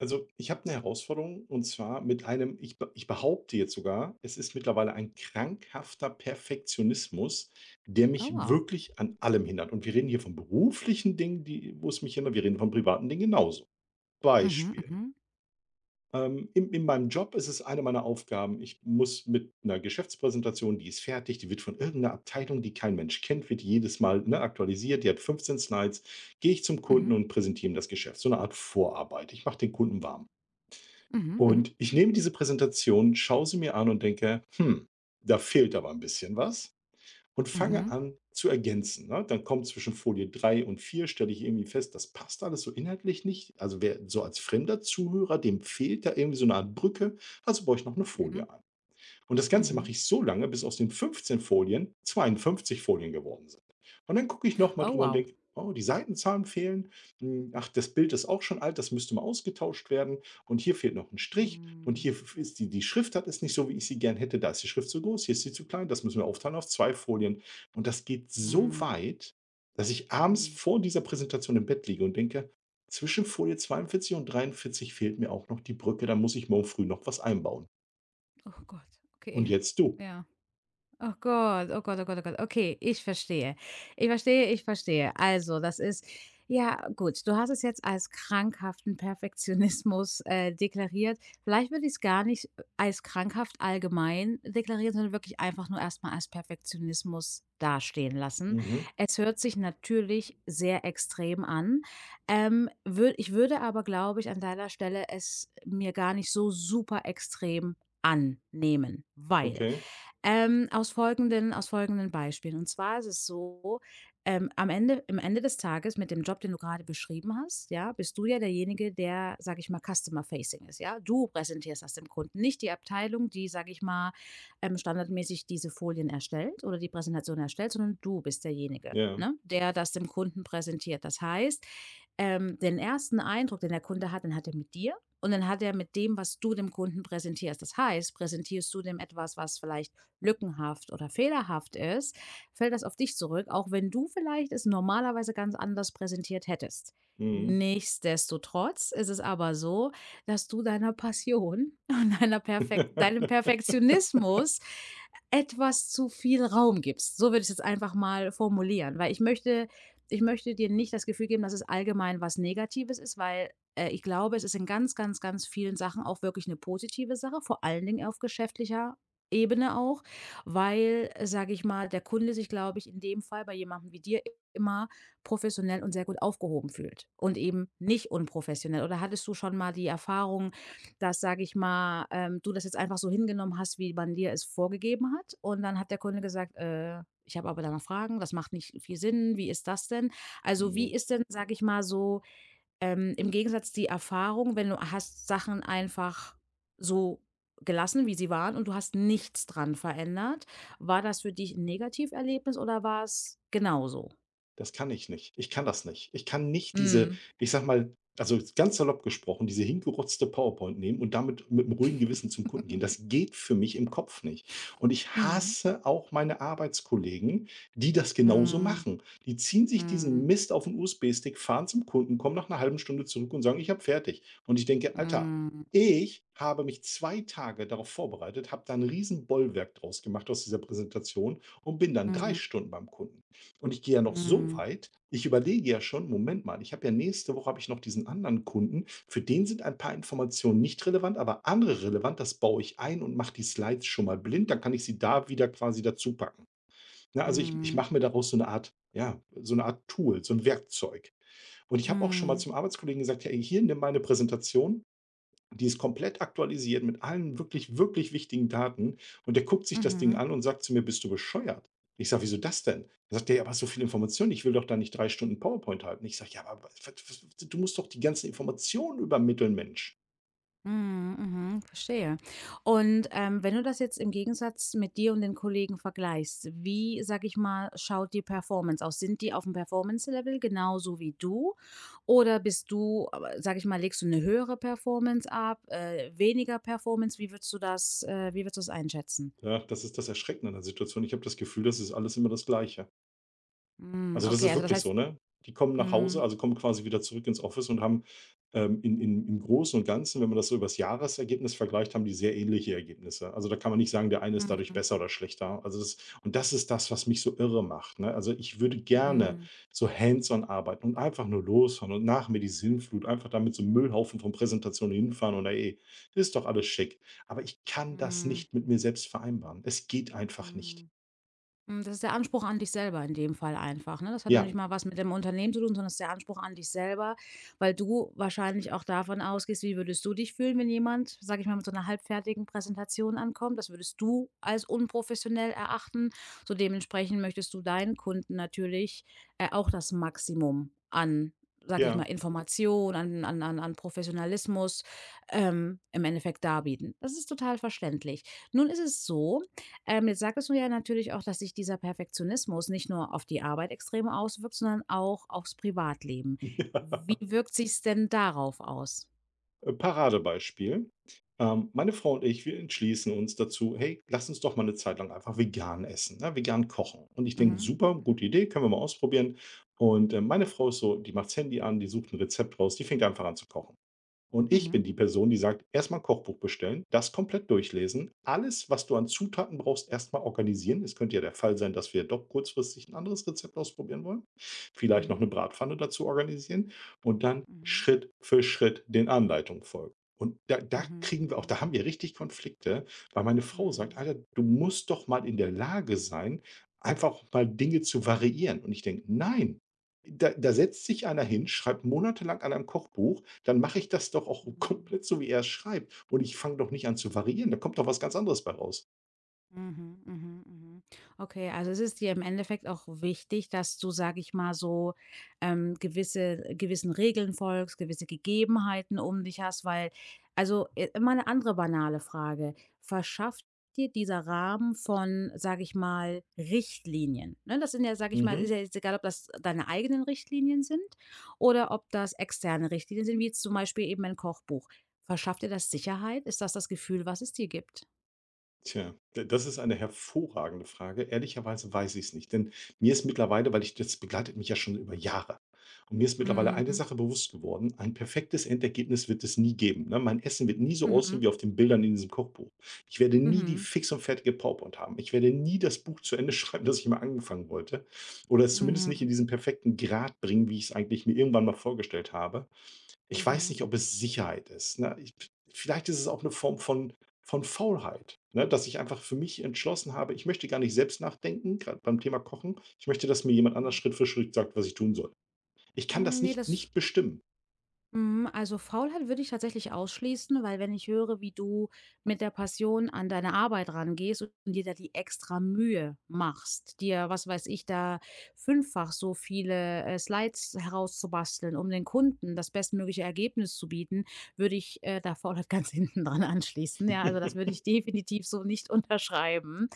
Also, ich habe eine Herausforderung und zwar mit einem ich be ich behaupte jetzt sogar, es ist mittlerweile ein krankhafter Perfektionismus, der Oh, mich wow. wirklich an allem hindert. Und wir reden hier von beruflichen Dingen, die wo es mich hindert, wir reden von privaten Dingen genauso. Mhm, Beispiel, mhm, in meinem Job ist es eine meiner Aufgaben, ich muss mit einer Geschäftspräsentation, die ist fertig, die wird von irgendeiner Abteilung, die kein Mensch kennt, wird jedes Mal, ne, aktualisiert. Die hat 15 Slides. Gehe ich zum Kunden mhm, und präsentiere ihm das Geschäft. So eine Art Vorarbeit. Ich mache den Kunden warm. mhm, mhm, Und ich nehme diese Präsentation, schaue sie mir an und denke: „Hm, da fehlt aber ein bisschen was" und fange mhm, an zu ergänzen, ne? Dann kommt zwischen Folie 3 und 4 stelle ich irgendwie fest, das passt alles so inhaltlich nicht. Also, wer so als fremder Zuhörer, dem fehlt da irgendwie so eine Art Brücke, also baue ich noch eine mhm, Folie ein. Und das Ganze mache mhm. ich so lange, bis aus den 15 Folien 52 Folien geworden sind. Und dann gucke ich nochmal Oh, drüber und wow. denke, oh, die Seitenzahlen fehlen. Hm, ach, das Bild ist auch schon alt, das müsste mal ausgetauscht werden. Und hier fehlt noch ein Strich. Und hier Mhm, ist die Schriftart ist nicht so, wie ich sie gern hätte. Da ist die Schrift zu groß, hier ist sie zu klein. Das müssen wir aufteilen auf zwei Folien. Und das geht so mhm, weit, dass ich abends mhm. vor dieser Präsentation im Bett liege und denke, zwischen Folie 42 und 43 fehlt mir auch noch die Brücke, da muss ich morgen früh noch was einbauen. Oh Gott, Und okay. jetzt du. Ja. Oh Gott, oh Gott, oh Gott, oh Gott. Okay, ich verstehe. Ich verstehe, ich verstehe. Also, das ist ja gut, du hast es jetzt als krankhaften Perfektionismus, deklariert. Vielleicht würde ich es gar nicht als krankhaft allgemein deklarieren, sondern wirklich einfach nur erst mal als Perfektionismus dastehen lassen. Mhm. Es hört sich natürlich sehr extrem an. Wür ich würde aber, glaube ich, an deiner Stelle es mir gar nicht so super extrem annehmen, weil Okay, aus folgenden Beispielen. Und zwar ist es so, am Ende im Ende des Tages mit dem Job, den du gerade beschrieben hast, ja, bist du ja derjenige, der, sage ich mal, Customer Facing ist, ja? Du präsentierst das dem Kunden, nicht die Abteilung, die, sage ich mal, standardmäßig diese Folien erstellt oder die Präsentation erstellt, sondern du bist derjenige, ja. ne, der das dem Kunden präsentiert. Das heißt, den ersten Eindruck, den der Kunde hat, den hat er mit dir und dann hat er mit dem, was du dem Kunden präsentierst. Das heißt, präsentierst du dem etwas, was vielleicht lückenhaft oder fehlerhaft ist, fällt das auf dich zurück, auch wenn du vielleicht es normalerweise ganz anders präsentiert hättest. Mhm. Nichtsdestotrotz ist es aber so, dass du deiner Passion und deiner Perfek deinem Perfektionismus etwas zu viel Raum gibst. So würde ich es jetzt einfach mal formulieren, weil ich möchte dir nicht das Gefühl geben, dass es allgemein was Negatives ist, weil, ich glaube, es ist in ganz, ganz, ganz vielen Sachen auch wirklich eine positive Sache, vor allen Dingen auf geschäftlicher Ebene auch, weil, sage ich mal, der Kunde sich, glaube ich, in dem Fall bei jemandem wie dir immer professionell und sehr gut aufgehoben fühlt und eben nicht unprofessionell. Oder hattest du schon mal die Erfahrung, dass, sage ich mal, du das jetzt einfach so hingenommen hast, wie man dir es vorgegeben hat? Und dann hat der Kunde gesagt, ich habe aber da noch Fragen, das macht nicht viel Sinn, wie ist das denn? Also wie Ne. ist denn, sage ich mal, so im Gegensatz die Erfahrung, wenn du hast Sachen einfach so gelassen, wie sie waren und du hast nichts dran verändert. War das für dich ein Negativerlebnis oder war es genauso? Das kann ich nicht. Ich kann das nicht. Ich kann nicht diese, Mhm. ich sag mal, also ganz salopp gesprochen, diese hingerotzte PowerPoint nehmen und damit mit 'nem ruhigen Gewissen zum Kunden gehen. Das geht für mich im Kopf nicht. Und ich Mhm. hasse auch meine Arbeitskollegen, die das genauso Mhm. machen. Die ziehen sich diesen Mhm. Mist auf 'n USB-Stick, fahren zum Kunden, kommen nach einer halben Stunde zurück und sagen: „Ich habe fertig." Und ich denke: „Alter, Mhm. ich habe mich 2 Tage darauf vorbereitet, habe da 'n riesen Bollwerk draus gemacht aus dieser Präsentation und bin dann 3 Mhm. Stunden beim Kunden." Und ich gehe ja noch so weit, ich überlege ja schon, Moment mal, ich habe ja nächste Woche habe ich noch diesen anderen Kunden, für den sind ein paar Informationen nicht relevant, aber andere relevant, das baue ich ein und mache die Slides schon mal blind, dann kann ich sie da wieder quasi dazu packen. Ne, also ich Mhm. mache mir daraus so eine Art, ja, so eine Art Tool, so ein Werkzeug. Und ich habe auch schon mal Mhm. zum Arbeitskollegen gesagt, hey, hier nimm meine Präsentation, die ist komplett aktualisiert mit allen wirklich, wirklich wichtigen Daten. Und der guckt sich Mhm. das Ding Mhm. an und sagt zu mir: „Bist du bescheuert?" Ich sage: „Wieso das denn?" Da sagt er: „Ja, aber so viel Information, ich will doch da nicht 3 Stunden PowerPoint halten." Ich sage: „Ja, aber wa wa w du musst doch die ganzen Informationen übermitteln, Mensch." Mhm, mhm, verstehe. Und, wenn du das jetzt im Gegensatz mit dir und den Kollegen vergleichst, wie, sage ich mal, schaut die Performance aus? Sind die aufm Performance-Level genauso wie du? Oder bist du, sage ich mal, legst du eine höhere Performance ab, weniger Performance? Wie würdest du's einschätzen? Ja, das ist das Erschreckende an der Situation. Ich habe das Gefühl, das ist alles immer das Gleiche. Hm, Also, das okay, ist also das wirklich so, heißt. ne? Die kommen nach Hause, Mhm, also kommen quasi wieder zurück ins Office und haben, in im Großen und Ganzen, wenn man das so übers Jahresergebnis vergleicht, haben die sehr ähnliche Ergebnisse. Also, da kann man nicht sagen, der eine ist dadurch mhm, besser oder schlechter. Also, das und das ist das, was mich so irre macht, ne? Also, ich würde gerne mhm, so hands-on arbeiten und einfach nur losfahren und nach mir die Sinnflut, einfach damit so 'nem Müllhaufen von Präsentationen hinfahren und, „ey, ist doch alles schick." Aber ich kann das mhm, nicht mit mir selbst vereinbaren. Es geht einfach nicht. mhm. Hm, das ist der Anspruch an dich selber in dem Fall einfach, ne? Das hat noch Ja, nicht mal was mit dem Unternehmen zu tun, sondern es ist der Anspruch an dich selber, weil du wahrscheinlich auch davon ausgehst, wie würdest du dich fühlen, wenn jemand, sage ich mal, mit so 'ner halbfertigen Präsentation ankommt? Das würdest du als unprofessionell erachten. So dementsprechend möchtest du deinen Kunden natürlich, auch das Maximum an, sage ich mal, ja, Information, an Professionalismus, im Endeffekt darbieten. Das ist total verständlich. Nun ist es so, jetzt sagtest du ja natürlich auch, dass sich dieser Perfektionismus nicht nur auf die Arbeit extrem auswirkt, sondern auch aufs Privatleben. ja. Wie wirkt sich's denn darauf aus? Paradebeispiel. Meine Frau und ich, wir entschließen uns dazu: „Hey, lass uns doch mal eine Zeit lang einfach vegan essen, ne, vegan kochen." Und ich denke: Mhm. „Super, Mhm. gute Idee, können wir mal ausprobieren." Und, meine Frau ist so, die macht's Handy an, die sucht ein Rezept raus, die fängt einfach an zu kochen. Und ich Mhm. bin die Person, die sagt, erstmal 'n Kochbuch bestellen, das komplett durchlesen, alles, was du an Zutaten brauchst, erstmal organisieren. Es könnte ja der Fall sein, dass wir doch kurzfristig ein anderes Rezept ausprobieren wollen, vielleicht noch eine Mhm. Bratpfanne dazu organisieren und dann Mhm. Schritt für Schritt den Anleitungen folgen. Und Mhm. Mhm. da haben wir richtig Konflikte, weil meine Frau sagt: Mhm. „Alter, du musst doch mal in der Lage sein, einfach mal Dinge zu variieren." Und ich denke: „Nein, da setzt sich einer hin, schreibt monatelang an einem Kochbuch, dann mache ich das doch auch Mhm. komplett so, wie er's schreibt und ich fange doch nicht an zu variieren, da kommt doch was ganz anderes bei raus." Mhm, mhm, mhm. Okay, also es ist dir im Endeffekt auch wichtig, dass du, sag ich mal, so gewissen Regeln folgst, gewisse Gegebenheiten um dich hast, weil, also immer eine andere banale Frage, verschafft dir dieser Rahmen von, sag ich mal, Richtlinien? Ne? Das sind ja, sag ich mal, ist Mhm. ja jetzt egal, ob das deine eigenen Richtlinien sind oder ob das externe Richtlinien sind, wie jetzt zum Beispiel eben ein Kochbuch. Verschafft dir das Sicherheit? Ist das das Gefühl, was es dir gibt? Tja, d das ist eine hervorragende Frage. Ehrlicherweise weiß ich es nicht, denn mir ist mittlerweile, weil ich das begleitet mich ja schon über Jahre. Und mir ist mittlerweile eine Mhm. Sache bewusst geworden: Ein perfektes Endergebnis wird es nie geben, ne? Mein Essen wird nie so aussehen Mhm. wie auf den Bildern in diesem Kochbuch. Ich werde nie die Mhm. fix und fertige PowerPoint haben. Ich werde nie das Buch zu Ende schreiben, das ich mal angefangen wollte, oder es zumindest nicht in Mhm. diesen perfekten Grad bringen, wie ich es eigentlich mir irgendwann mal vorgestellt habe. Ich weiß Mhm. nicht, ob es Sicherheit ist, ne? Ich vielleicht ist es auch eine Form von Faulheit, ne, dass ich einfach für mich entschlossen habe, ich möchte gar nicht selbst nachdenken, gerade beim Thema Kochen. Ich möchte, dass mir jemand anders Mhm. Schritt für Schritt sagt, was ich tun soll. Ich kann Hm, das ne, nicht das. nicht bestimmen. Mhm, also Faulheit würde ich tatsächlich ausschließen, weil wenn ich höre, wie du mit der Passion an deine Arbeit rangehst und dir da die extra Mühe machst, dir, was weiß ich, da fünffach so viele Slides herauszubasteln, um den Kunden das bestmögliche Ergebnis zu bieten, würde ich da Faulheit ganz hinten dran anschließen. Ja, also das würde ich definitiv so nicht unterschreiben.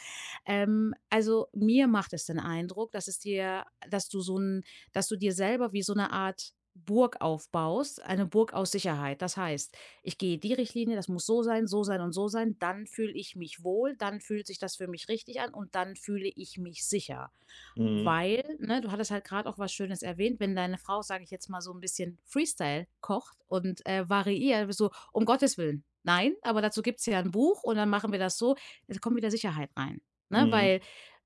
Also mir macht es den Eindruck, dass es dir, dass du so ein dass du dir selber wie so eine Art Burg aufbaust, eine Burg aus Sicherheit. Das heißt, ich gehe die Richtlinie, das muss so sein und so sein, dann fühle ich mich wohl, dann fühlt sich das für mich richtig an und dann fühle ich mich sicher. Mhm, Weil, ne, du hattest halt gerade auch was Schönes erwähnt, wenn deine Frau, sage ich jetzt mal, so ein bisschen Freestyle kocht und, variiert, so: „Um Gottes Willen, nein, aber dazu gibt's ja ein Buch und dann machen wir das so.“ Es kommt wieder Sicherheit rein, ne? mhm. Weil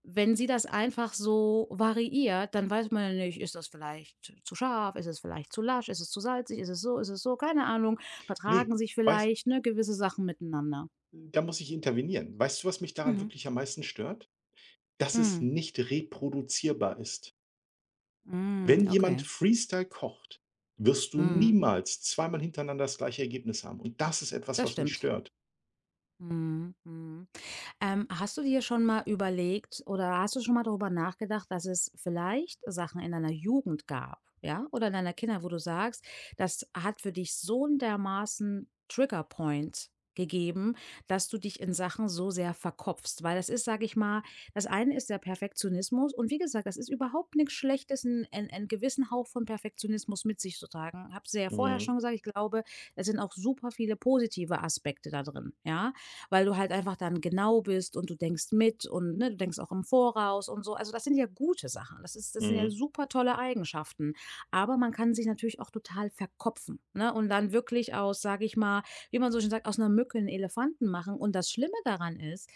wenn sie das einfach so variiert, dann weiß man ja nicht, ist das vielleicht zu scharf, ist es vielleicht zu lasch, ist es zu salzig, ist es so, keine Ahnung, Ne, vertragen sich weiß vielleicht, ne, gewisse Sachen miteinander. da muss ich intervenieren. Weißt du, was mich daran Mhm. wirklich am meisten stört? Dass es Mhm. nicht reproduzierbar ist. Mhm. Wenn jemand Okay. Freestyle kocht, wirst du Mhm. niemals zweimal hintereinander das gleiche Ergebnis haben. Und das ist etwas, Das was mich stimmt. stört. Mhm. Mhm. Hast du dir schon mal überlegt oder hast du schon mal darüber nachgedacht, dass es vielleicht Sachen in deiner Jugend gab, ja, oder in deiner Kindheit, wo du sagst, das hat für dich so 'n dermaßen Trigger Point gegeben, dass du dich in Sachen so sehr verkopfst? Weil das ist, sage ich mal, das eine ist der Perfektionismus und wie gesagt, das ist überhaupt nichts Schlechtes, 'n gewissen Hauch von Perfektionismus mit sich zu tragen. Habe es ja vorher Mhm, schon gesagt, ich glaube, es sind auch super viele positive Aspekte da drin, ja? Weil du halt einfach dann genau bist und du denkst mit und, ne, du denkst auch im Voraus und so. Also, das sind ja gute Sachen. Das sind ja mhm, super tolle Eigenschaften. Aber man kann sich natürlich auch total verkopfen, ne, und dann wirklich, aus, sage ich mal, wie man so schön sagt, aus einer Mücke einen Elefanten machen. Und das Schlimme daran ist,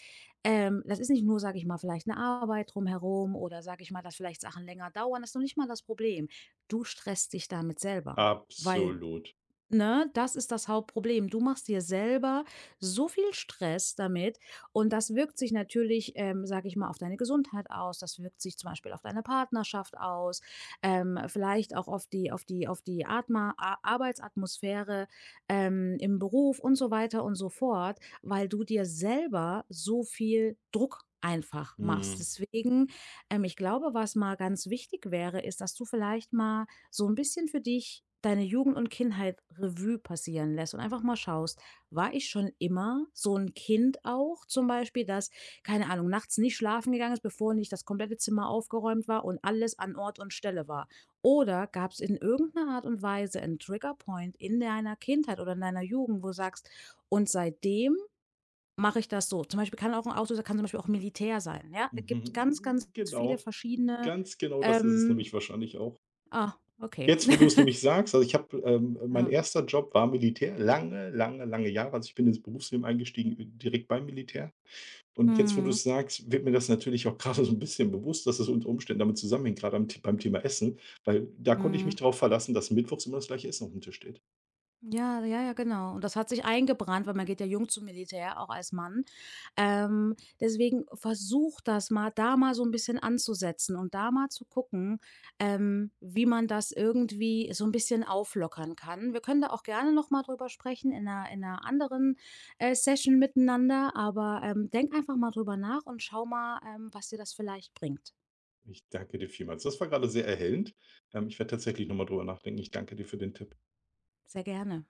das ist nicht nur, sage ich mal, vielleicht eine Arbeit drumherum oder, sage ich mal, dass vielleicht Sachen länger dauern, das ist noch nicht mal das Problem. Du stresst dich damit selber, weil absolut. ne, das ist das Hauptproblem. Du machst dir selber so viel Stress damit und das wirkt sich natürlich, sage ich mal, auf deine Gesundheit aus. Das wirkt sich zum Beispiel auf deine Partnerschaft aus, vielleicht auch auf die Atma A Arbeitsatmosphäre im Beruf und so weiter und so fort, weil du dir selber so viel Druck einfach machst. Mhm, Deswegen, ich glaube, was mal ganz wichtig wäre, ist, dass du vielleicht mal so ein bisschen für dich deine Jugend und Kindheit Revue passieren lässt und einfach mal schaust: „War ich schon immer so ein Kind auch zum Beispiel, das, keine Ahnung, nachts nicht schlafen gegangen ist, bevor nicht das komplette Zimmer aufgeräumt war und alles an Ort und Stelle war?“ Oder gab es in irgendeiner Art und Weise 'n Triggerpoint in deiner Kindheit oder in deiner Jugend, wo du sagst: „Und seitdem mache ich das so.“ Zum Beispiel kann auch 'n Auslöser kann zum Beispiel auch Militär sein, ja? Es gibt ganz, mhm, ganz viele genau, verschiedene. ganz genau das ist es ähm nämlich wahrscheinlich auch. ah, okay. Jetzt, wo du es nämlich sagst, also ich habe mein Ja. erster Job war Militär, lange, lange, lange Jahre. Also ich bin ins Berufsleben eingestiegen, direkt beim Militär. Und jetzt, wo du Mhm. es sagst, wird mir das natürlich auch gerade so ein bisschen bewusst, dass es unter Umständen damit zusammenhängt, gerade am beim Thema Essen, weil da konnte ich mich Mhm. darauf verlassen, dass mittwochs immer das gleiche Essen auf dem Tisch steht. Ja, ja, ja, genau. Und das hat sich eingebrannt, weil man geht ja jung zum Militär, auch als Mann. Deswegen versucht das mal, da mal so ein bisschen anzusetzen und da mal zu gucken, wie man das irgendwie so ein bisschen auflockern kann. Wir können da auch gerne noch mal drüber sprechen in 'ner anderen, Session miteinander, aber, denk einfach mal drüber nach und schau mal, was dir das vielleicht bringt. Ich danke dir vielmals. Das war gerade sehr erhellend. Ich werde tatsächlich noch mal drüber nachdenken. Ich danke dir für den Tipp. Sehr gerne.